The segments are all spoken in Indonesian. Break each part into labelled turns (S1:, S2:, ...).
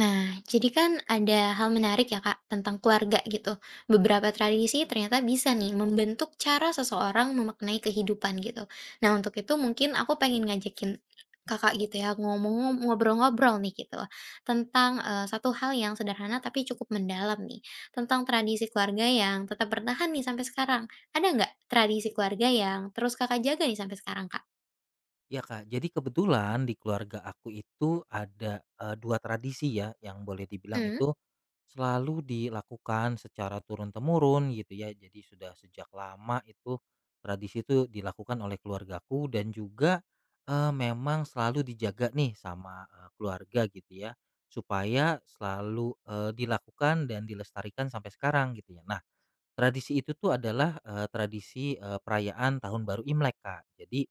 S1: Nah, jadi kan ada hal menarik ya Kak, tentang keluarga gitu. Beberapa tradisi ternyata bisa nih membentuk cara seseorang memaknai kehidupan gitu. Nah, untuk itu mungkin aku pengen ngajakin Kakak gitu ya, ngobrol-ngobrol nih gitu tentang satu hal yang sederhana tapi cukup mendalam nih, tentang tradisi keluarga yang tetap bertahan nih sampai sekarang. Ada nggak tradisi keluarga yang terus Kakak jaga nih sampai sekarang, Kak?
S2: Iya Kak, jadi kebetulan di keluarga aku itu ada, 2 tradisi ya yang boleh dibilang
S1: Hmm.
S2: itu selalu dilakukan secara turun-temurun gitu ya. Jadi sudah sejak lama itu tradisi itu dilakukan oleh keluargaku dan juga, memang selalu dijaga nih sama, keluarga gitu ya, supaya selalu, dilakukan dan dilestarikan sampai sekarang gitu ya. Nah tradisi itu tuh adalah, tradisi, perayaan Tahun Baru Imlek Kak. Jadi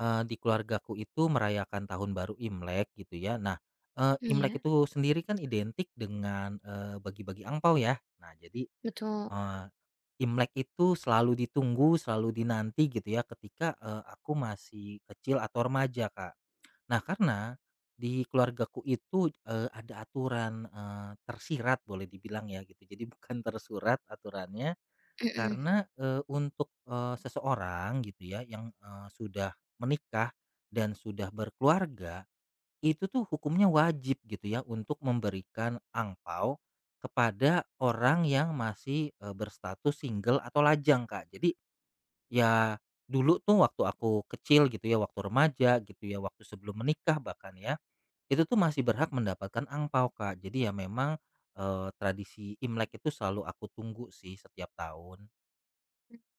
S2: Di keluargaku itu merayakan Tahun Baru Imlek gitu ya. Nah, Imlek
S1: Iya,
S2: itu sendiri kan identik dengan, bagi-bagi angpau ya. Nah jadi,
S1: betul.
S2: eee, Imlek itu selalu ditunggu, selalu dinanti gitu ya ketika, aku masih kecil atau remaja, Kak. Nah karena di keluargaku itu, ada aturan, tersirat boleh dibilang ya gitu. Jadi bukan tersurat aturannya,
S1: Mhm.
S2: karena, untuk, seseorang gitu ya yang, sudah menikah dan sudah berkeluarga, itu tuh hukumnya wajib gitu ya untuk memberikan angpau kepada orang yang masih, berstatus single atau lajang, Kak. Jadi ya dulu tuh waktu aku kecil gitu ya, waktu remaja gitu ya, waktu sebelum menikah bahkan ya, itu tuh masih berhak mendapatkan angpau Kak. Jadi ya memang, tradisi Imlek itu selalu aku tunggu sih setiap tahun.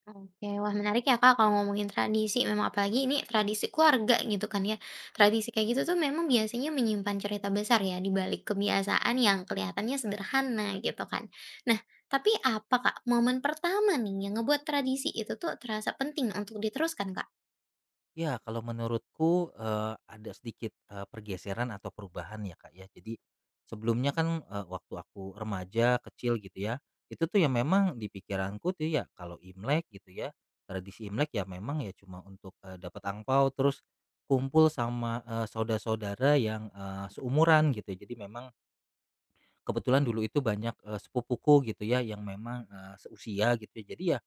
S1: Oke, wah menarik ya Kak kalau ngomongin tradisi, memang apalagi ini tradisi keluarga gitu kan ya. Tradisi kayak gitu tuh memang biasanya menyimpan cerita besar ya di balik kebiasaan yang kelihatannya sederhana gitu kan. Nah, tapi apa Kak momen pertama nih yang ngebuat tradisi itu tuh terasa penting untuk diteruskan Kak?
S2: Ya, kalau menurutku, ada sedikit, pergeseran atau perubahan ya, Kak, ya. Jadi sebelumnya kan, waktu aku remaja, kecil gitu ya, itu tuh ya memang di pikiranku tuh ya kalau Imlek gitu ya, tradisi Imlek ya memang ya cuma untuk, dapat angpao terus kumpul sama, saudara-saudara yang, seumuran gitu, ya. Jadi memang kebetulan dulu itu banyak, sepupuku gitu ya yang memang, seusia gitu ya. Jadi ya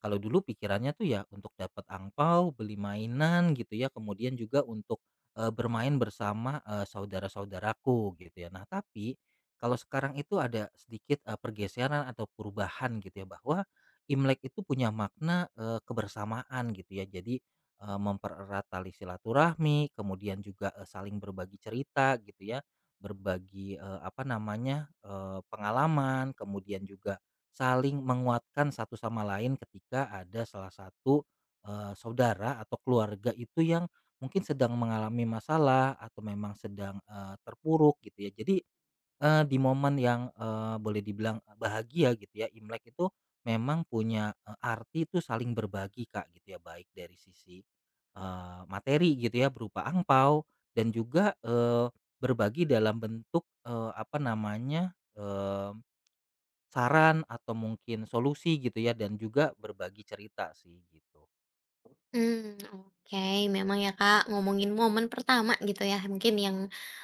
S2: kalau dulu pikirannya tuh ya untuk dapat angpau, beli mainan gitu ya, kemudian juga untuk, bermain bersama, saudara-saudaraku gitu ya. Nah tapi, kalau sekarang itu ada sedikit, pergeseran atau perubahan gitu ya bahwa, Imlek itu punya makna, kebersamaan gitu ya. Jadi, mempererat tali silaturahmi, kemudian juga, saling berbagi cerita gitu ya, berbagi, apa namanya, pengalaman, kemudian juga saling menguatkan satu sama lain ketika ada salah satu, saudara atau keluarga itu yang mungkin sedang mengalami masalah atau memang sedang, terpuruk gitu ya. Jadi, di momen yang, boleh dibilang bahagia gitu ya, Imlek itu memang punya, arti itu saling berbagi Kak gitu ya, baik dari sisi, materi gitu ya berupa angpau dan juga, berbagi dalam bentuk, apa namanya, saran atau mungkin solusi gitu ya dan juga berbagi cerita sih gitu.
S1: Hmm, oke, memang ya Kak, ngomongin momen pertama gitu ya, mungkin yang,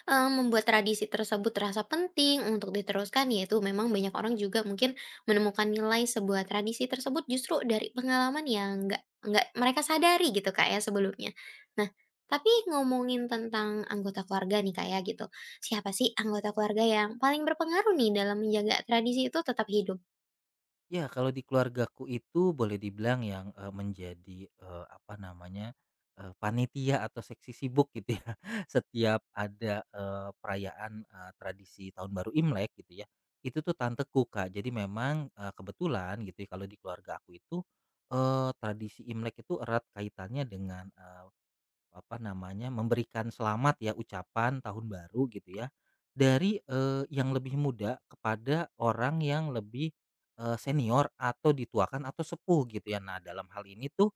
S1: membuat tradisi tersebut terasa penting untuk diteruskan, yaitu memang banyak orang juga mungkin menemukan nilai sebuah tradisi tersebut justru dari pengalaman yang nggak mereka sadari gitu Kak ya sebelumnya. Nah, tapi ngomongin tentang anggota keluarga nih Kak ya gitu, siapa sih anggota keluarga yang paling berpengaruh nih dalam menjaga tradisi itu tetap hidup?
S2: Ya kalau di keluargaku itu boleh dibilang yang, menjadi, apa namanya, panitia atau seksi sibuk gitu ya setiap ada, perayaan, tradisi tahun baru Imlek gitu ya, itu tuh tanteku Kak jadi memang, kebetulan gitu ya kalau di keluarga aku itu, tradisi Imlek itu erat kaitannya dengan, apa namanya, memberikan selamat ya, ucapan tahun baru gitu ya, dari, yang lebih muda kepada orang yang lebih, senior atau dituakan atau sepuh gitu ya. Nah dalam hal ini tuh,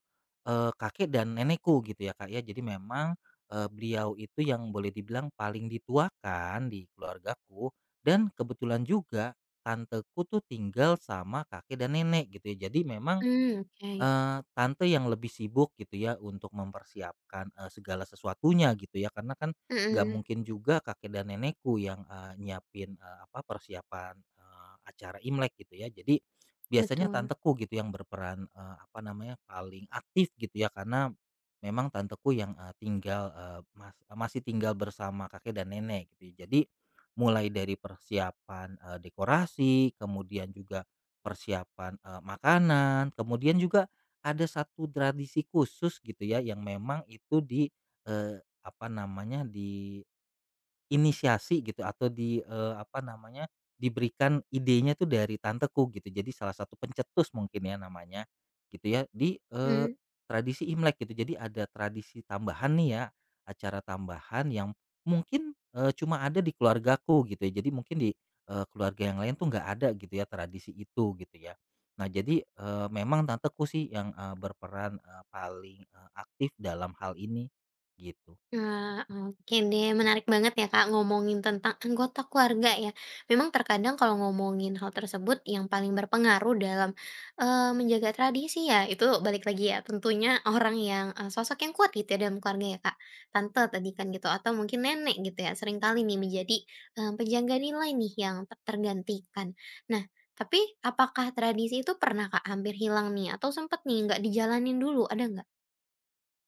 S2: kakek dan nenekku gitu ya, Kak, ya. Jadi memang, beliau itu yang boleh dibilang paling dituakan di keluargaku dan kebetulan juga tanteku tuh tinggal sama kakek dan nenek gitu ya. Jadi memang
S1: Hmm, oke.
S2: Tante yang lebih sibuk gitu ya untuk mempersiapkan, segala sesuatunya gitu ya karena kan nggak
S1: Mhm,
S2: mungkin juga kakek dan nenekku yang, nyiapin, apa, persiapan, acara Imlek gitu ya. Jadi biasanya
S1: betul.
S2: tanteku gitu yang berperan, apa namanya, paling aktif gitu ya karena memang tanteku yang, tinggal, masih tinggal bersama kakek dan nenek gitu ya. Jadi mulai dari persiapan, dekorasi, kemudian juga persiapan, makanan, kemudian juga ada satu tradisi khusus gitu ya yang memang itu di, apa namanya di inisiasi gitu atau di, apa namanya, diberikan idenya tuh dari tanteku gitu. Jadi salah satu pencetus mungkin ya namanya, gitu ya di,
S1: Hmm.
S2: tradisi Imlek gitu. Jadi ada tradisi tambahan nih ya, acara tambahan yang mungkin, cuma ada di keluargaku gitu ya. Jadi mungkin di, keluarga yang lain tuh nggak ada gitu ya tradisi itu gitu ya. Nah jadi, memang tanteku sih yang, berperan, paling, aktif dalam hal ini, gitu.
S1: Nah, oke deh, menarik banget ya Kak ngomongin tentang anggota keluarga ya. Memang terkadang kalau ngomongin hal tersebut yang paling berpengaruh dalam menjaga tradisi ya, itu balik lagi ya tentunya orang yang sosok yang kuat gitu ya dalam keluarga ya Kak. Tante tadi kan gitu atau mungkin nenek gitu ya, seringkali nih menjadi penjaga nilai nih yang tak tergantikan. Nah, tapi apakah tradisi itu pernah Kak hampir hilang nih atau sempat nih nggak dijalanin dulu, ada nggak?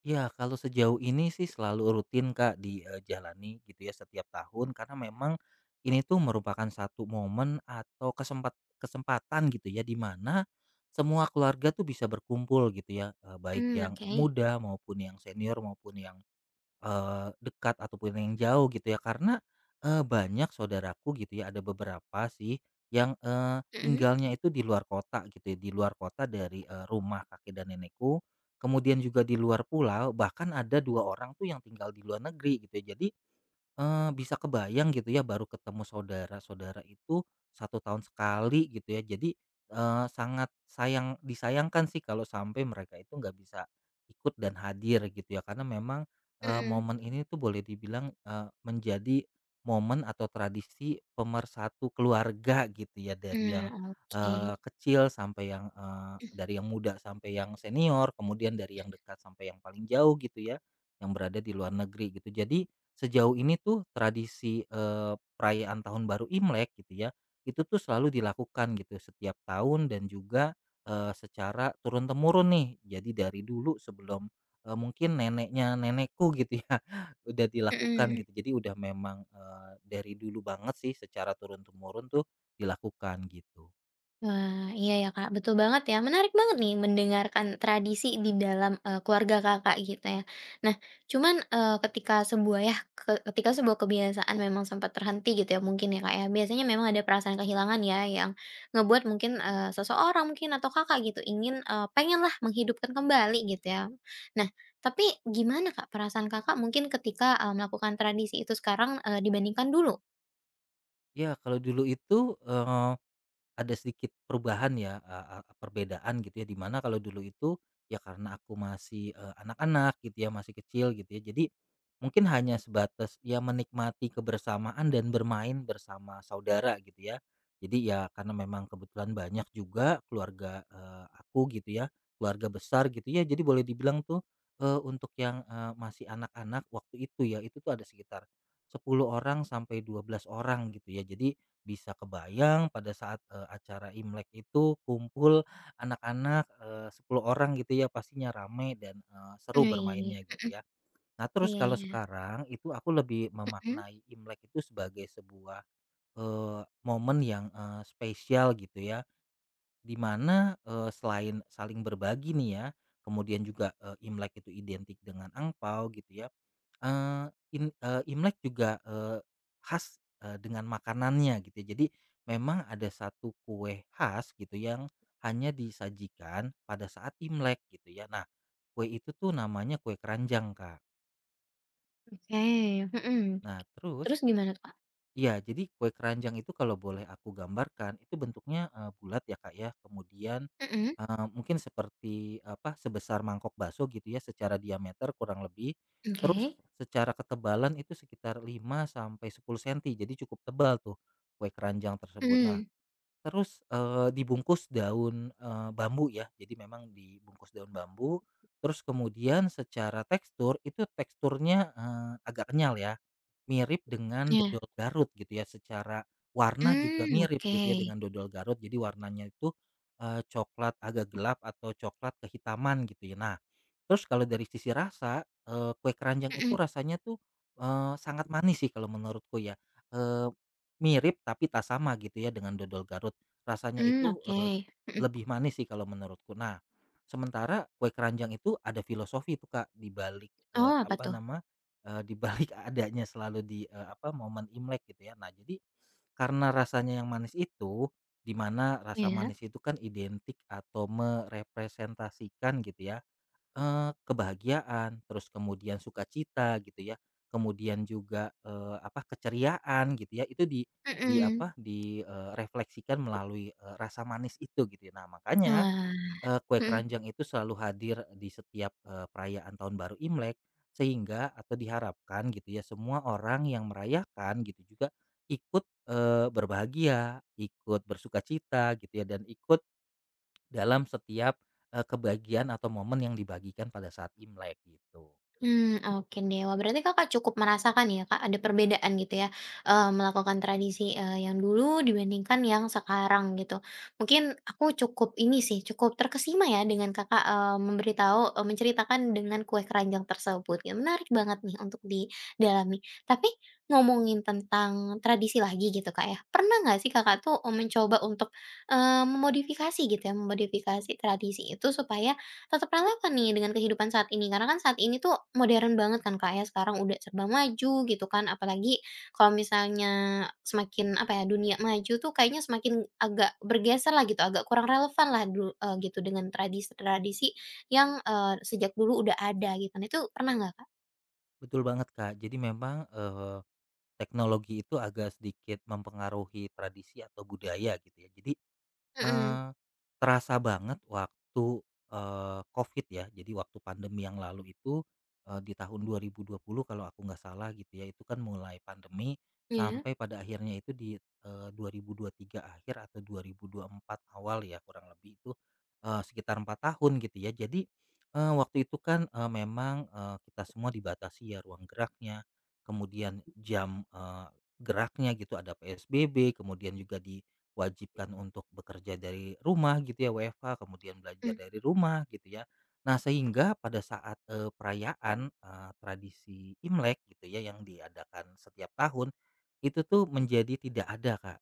S2: Ya, kalau sejauh ini sih selalu rutin, Kak, dijalani gitu ya setiap tahun karena memang ini tuh merupakan satu momen atau kesempatan gitu ya di mana semua keluarga tuh bisa berkumpul gitu ya, baik
S1: Hmm,
S2: yang
S1: oke.
S2: muda maupun yang senior maupun yang dekat ataupun yang jauh gitu ya karena, banyak saudaraku gitu ya ada beberapa sih yang,
S1: Mm-mm,
S2: tinggalnya itu di luar kota gitu ya, di luar kota dari, rumah kakek dan nenekku, kemudian juga di luar pulau bahkan ada 2 orang tuh yang tinggal di luar negeri gitu ya jadi, bisa kebayang gitu ya baru ketemu saudara-saudara itu satu tahun sekali gitu ya. Jadi, sangat sayang disayangkan sih kalau sampai mereka itu nggak bisa ikut dan hadir gitu ya. Karena memang,
S1: mm-mm.
S2: momen ini tuh boleh dibilang, menjadi momen atau tradisi pemersatu keluarga gitu ya dari yang,
S1: Nah, oke.
S2: kecil sampai yang, dari yang muda sampai yang senior, kemudian dari yang dekat sampai yang paling jauh gitu ya, yang berada di luar negeri gitu. Jadi sejauh ini tuh tradisi, perayaan Tahun Baru Imlek gitu ya, itu tuh selalu dilakukan gitu setiap tahun dan juga, secara turun temurun nih. Jadi dari dulu sebelum, mungkin neneknya nenekku gitu ya, udah dilakukan
S1: Mhm.
S2: gitu. Jadi udah memang, dari dulu banget sih secara turun temurun tuh dilakukan gitu.
S1: Wah, iya ya, Kak, betul banget ya. Menarik banget nih mendengarkan tradisi di dalam, keluarga Kakak gitu ya. Nah, cuman, ketika sebuah kebiasaan memang sempat terhenti gitu ya mungkin ya, Kak, ya, biasanya memang ada perasaan kehilangan ya yang ngebuat mungkin, seseorang mungkin atau Kakak gitu ingin, pengenlah menghidupkan kembali gitu ya. Nah, tapi gimana, Kak, perasaan Kakak mungkin ketika, melakukan tradisi itu sekarang, dibandingkan dulu?
S2: Ya kalau dulu itu, ada sedikit perubahan ya, eee eee, perbedaan gitu ya, dimana kalau dulu itu, ya karena aku masih, anak-anak gitu ya, masih kecil gitu ya, jadi mungkin hanya sebatas ya menikmati kebersamaan dan bermain bersama saudara gitu ya. Jadi ya karena memang kebetulan banyak juga keluarga, aku gitu ya, keluarga besar gitu ya, jadi boleh dibilang tuh, untuk yang, masih anak-anak waktu itu ya, itu tuh ada sekitar 10 orang sampai 12 orang gitu ya. Jadi bisa kebayang pada saat, acara Imlek itu kumpul anak-anak, 10 orang gitu ya pastinya rame dan, seru
S1: Wih.
S2: bermainnya gitu ya. Nah terus
S1: Iya,
S2: kalau
S1: iya.
S2: sekarang itu aku lebih
S1: Mhm.
S2: memaknai Imlek itu sebagai sebuah, eee, momen yang, spesial gitu ya, di mana, selain saling berbagi nih ya, kemudian juga, Imlek itu identik dengan angpao gitu ya. Eee, Imlek juga, khas, dengan makanannya gitu ya. Jadi memang ada satu kue khas gitu yang hanya disajikan pada saat Imlek gitu ya. Nah, kue itu tuh namanya kue keranjang, Kak.
S1: Oke, mhm.
S2: Nah terus.
S1: Terus gimana tuh, Kak?
S2: Iya, jadi kue keranjang itu kalau boleh aku gambarkan itu bentuknya, bulat ya, Kak, ya. Kemudian,
S1: Mhm,
S2: mungkin seperti apa, sebesar mangkok bakso gitu ya secara diameter kurang lebih. Terus
S1: oke.
S2: secara ketebalan itu sekitar 5 sampai 10 senti, jadi cukup tebal tuh kue keranjang tersebut. Nah,
S1: Mhm,
S2: terus, dibungkus daun, bambu ya, jadi memang dibungkus daun bambu, terus kemudian secara tekstur itu teksturnya, agak kenyal ya. Mirip dengan
S1: iya.
S2: dodol Garut gitu ya, secara warna juga
S1: Mmm,
S2: mirip
S1: oke.
S2: gitu ya dengan dodol Garut. Jadi warnanya itu, coklat agak gelap atau coklat kehitaman gitu ya. Nah, terus kalau dari sisi rasa, kue keranjang itu
S1: Mhm,
S2: rasanya tuh, sangat manis sih kalau menurutku ya, eee, mirip tapi tak sama gitu ya dengan dodol Garut. Rasanya
S1: mmm,
S2: itu,
S1: oke. Mhm.
S2: lebih manis sih kalau menurutku. Nah, sementara kue keranjang itu ada filosofi itu Kak, di balik,
S1: Oh, apa
S2: apa
S1: tuh?
S2: nama, di balik adanya selalu di, apa, momen Imlek gitu ya. Nah, jadi karena rasanya yang manis itu, di mana rasa
S1: Iya.
S2: manis itu kan identik atau merepresentasikan gitu ya, kebahagiaan, terus kemudian sukacita gitu ya, kemudian juga, apa, keceriaan gitu ya, itu di
S1: Mhm.
S2: apa, di, eh, refleksikan melalui, rasa manis itu gitu ya. Nah, makanya
S1: Wah,
S2: Kue
S1: mhm.
S2: keranjang itu selalu hadir di setiap, perayaan Tahun Baru Imlek, sehingga atau diharapkan gitu ya semua orang yang merayakan gitu juga ikut, berbahagia, ikut bersuka cita gitu ya dan ikut dalam setiap, kebagian atau momen yang dibagikan pada saat Imlek gitu.
S1: Hmm, oke deh. Wah, berarti Kakak cukup merasakan ya, Kak, ada perbedaan gitu ya, melakukan tradisi, yang dulu dibandingkan yang sekarang gitu. Mungkin aku cukup ini sih, cukup terkesima ya dengan Kakak, menceritakan dengan kue keranjang tersebut, ya menarik banget nih untuk didalami. Tapi ngomongin tentang tradisi lagi gitu, Kak, ya, pernah nggak sih Kakak tuh, mencoba untuk, memodifikasi gitu ya, memodifikasi tradisi itu supaya tetap relevan nih dengan kehidupan saat ini, karena kan saat ini tuh modern banget kan Kak ya, sekarang udah serba maju gitu kan, apalagi kalau misalnya semakin apa ya, dunia maju tuh kayaknya semakin agak bergeser lah gitu, agak kurang relevan lah gitu dengan tradisi-tradisi yang, sejak dulu udah ada gitu. Nah itu pernah nggak Kak?
S2: Betul banget, Kak. Jadi memang, teknologi itu agak sedikit mempengaruhi tradisi atau budaya gitu ya. Jadi
S1: Mm-mm.
S2: Eee, terasa banget waktu, Covid ya. Jadi waktu pandemi yang lalu itu, di tahun 2020 kalau aku nggak salah gitu ya, itu kan mulai pandemi
S1: Ya,
S2: sampai pada akhirnya itu di, 2023 akhir atau 2024 awal ya kurang lebih itu, sekitar 4 tahun gitu ya. Jadi, waktu itu kan, memang, kita semua dibatasi ya ruang geraknya, kemudian jam, geraknya gitu ada PSBB, kemudian juga di wajibkan untuk bekerja dari rumah gitu ya WFH kemudian belajar
S1: iya,
S2: dari rumah gitu ya. Nah sehingga pada saat, perayaan, tradisi Imlek gitu ya yang diadakan setiap tahun, itu tuh menjadi tidak ada Kak,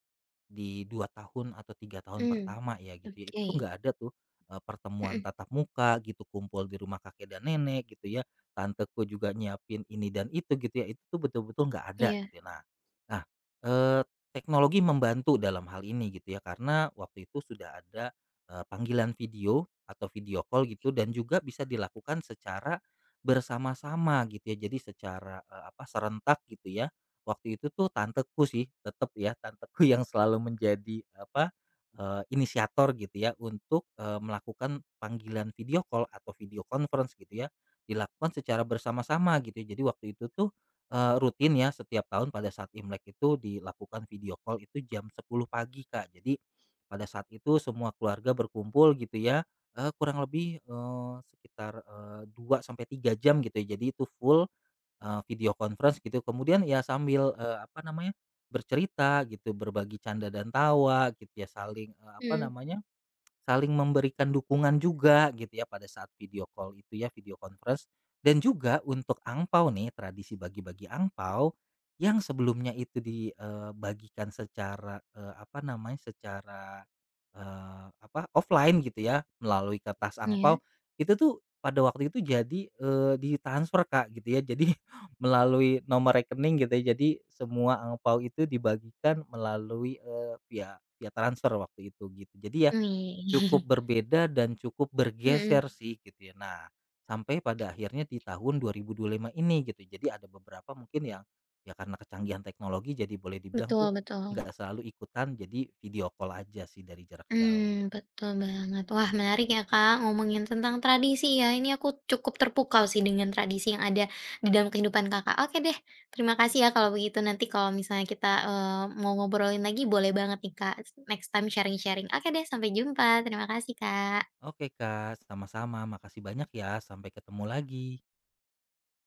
S2: di 2 tahun atau 3 tahun
S1: mhm.
S2: pertama ya gitu ya, itu
S1: Oke,
S2: tuh nggak ada tuh, pertemuan
S1: mhm,
S2: tatap muka gitu, kumpul di rumah kakek dan nenek gitu ya, tanteku juga nyiapin ini dan itu gitu ya, itu tuh betul-betul nggak ada
S1: iya,
S2: gitu ya. Nah nah, eee, teknologi membantu dalam hal ini gitu ya, karena waktu itu sudah ada, panggilan video atau video call gitu dan juga bisa dilakukan secara bersama-sama gitu ya. Jadi secara, apa, serentak gitu ya. Waktu itu tuh tanteku sih, tetap ya, tanteku yang selalu menjadi apa, inisiator gitu ya untuk, melakukan panggilan video call atau video conference gitu ya, dilakukan secara bersama-sama gitu ya. Jadi waktu itu tuh, rutin ya setiap tahun pada saat Imlek itu dilakukan video call itu jam 10 pagi, Kak. Jadi pada saat itu semua keluarga berkumpul gitu ya, kurang lebih, sekitar, 2 sampai 3 jam gitu ya. Jadi itu full video conference gitu kemudian ya sambil, apa namanya, bercerita gitu berbagi canda dan tawa gitu ya saling, apa
S1: mhm,
S2: namanya, saling memberikan dukungan juga gitu ya pada saat video call itu ya, video conference dan juga untuk angpau nih, tradisi bagi-bagi angpau yang sebelumnya itu dibagikan secara, apa namanya, secara, apa, offline gitu ya, melalui kertas
S1: iya,
S2: angpau itu tuh pada waktu itu jadi, ditransfer Kak gitu ya. Jadi melalui nomor rekening gitu ya, jadi semua angpau itu dibagikan melalui, via via transfer waktu itu gitu. Jadi ya cukup
S1: wih,
S2: berbeda dan cukup
S1: mhm,
S2: bergeser sih gitu ya. Nah, sampai pada akhirnya di tahun 2025 ini gitu. Jadi ada beberapa mungkin yang ya karena kecanggihan teknologi jadi boleh dibilang
S1: betul,
S2: tuh
S1: betul.
S2: nggak selalu ikutan jadi video call aja sih dari jarak jauh.
S1: Hmm, betul banget. Wah, menarik ya, Kak, ngomongin tentang tradisi ya. Ini aku cukup terpukau sih dengan tradisi yang ada di dalam kehidupan Kakak. Oke deh, terima kasih ya kalau begitu. Nanti kalau misalnya kita, mau ngobrolin lagi boleh banget nih, Kak, next time sharing-sharing. Oke deh, sampai jumpa. Terima kasih, Kak.
S2: Oke Kak, sama-sama. Makasih banyak ya. Sampai ketemu lagi.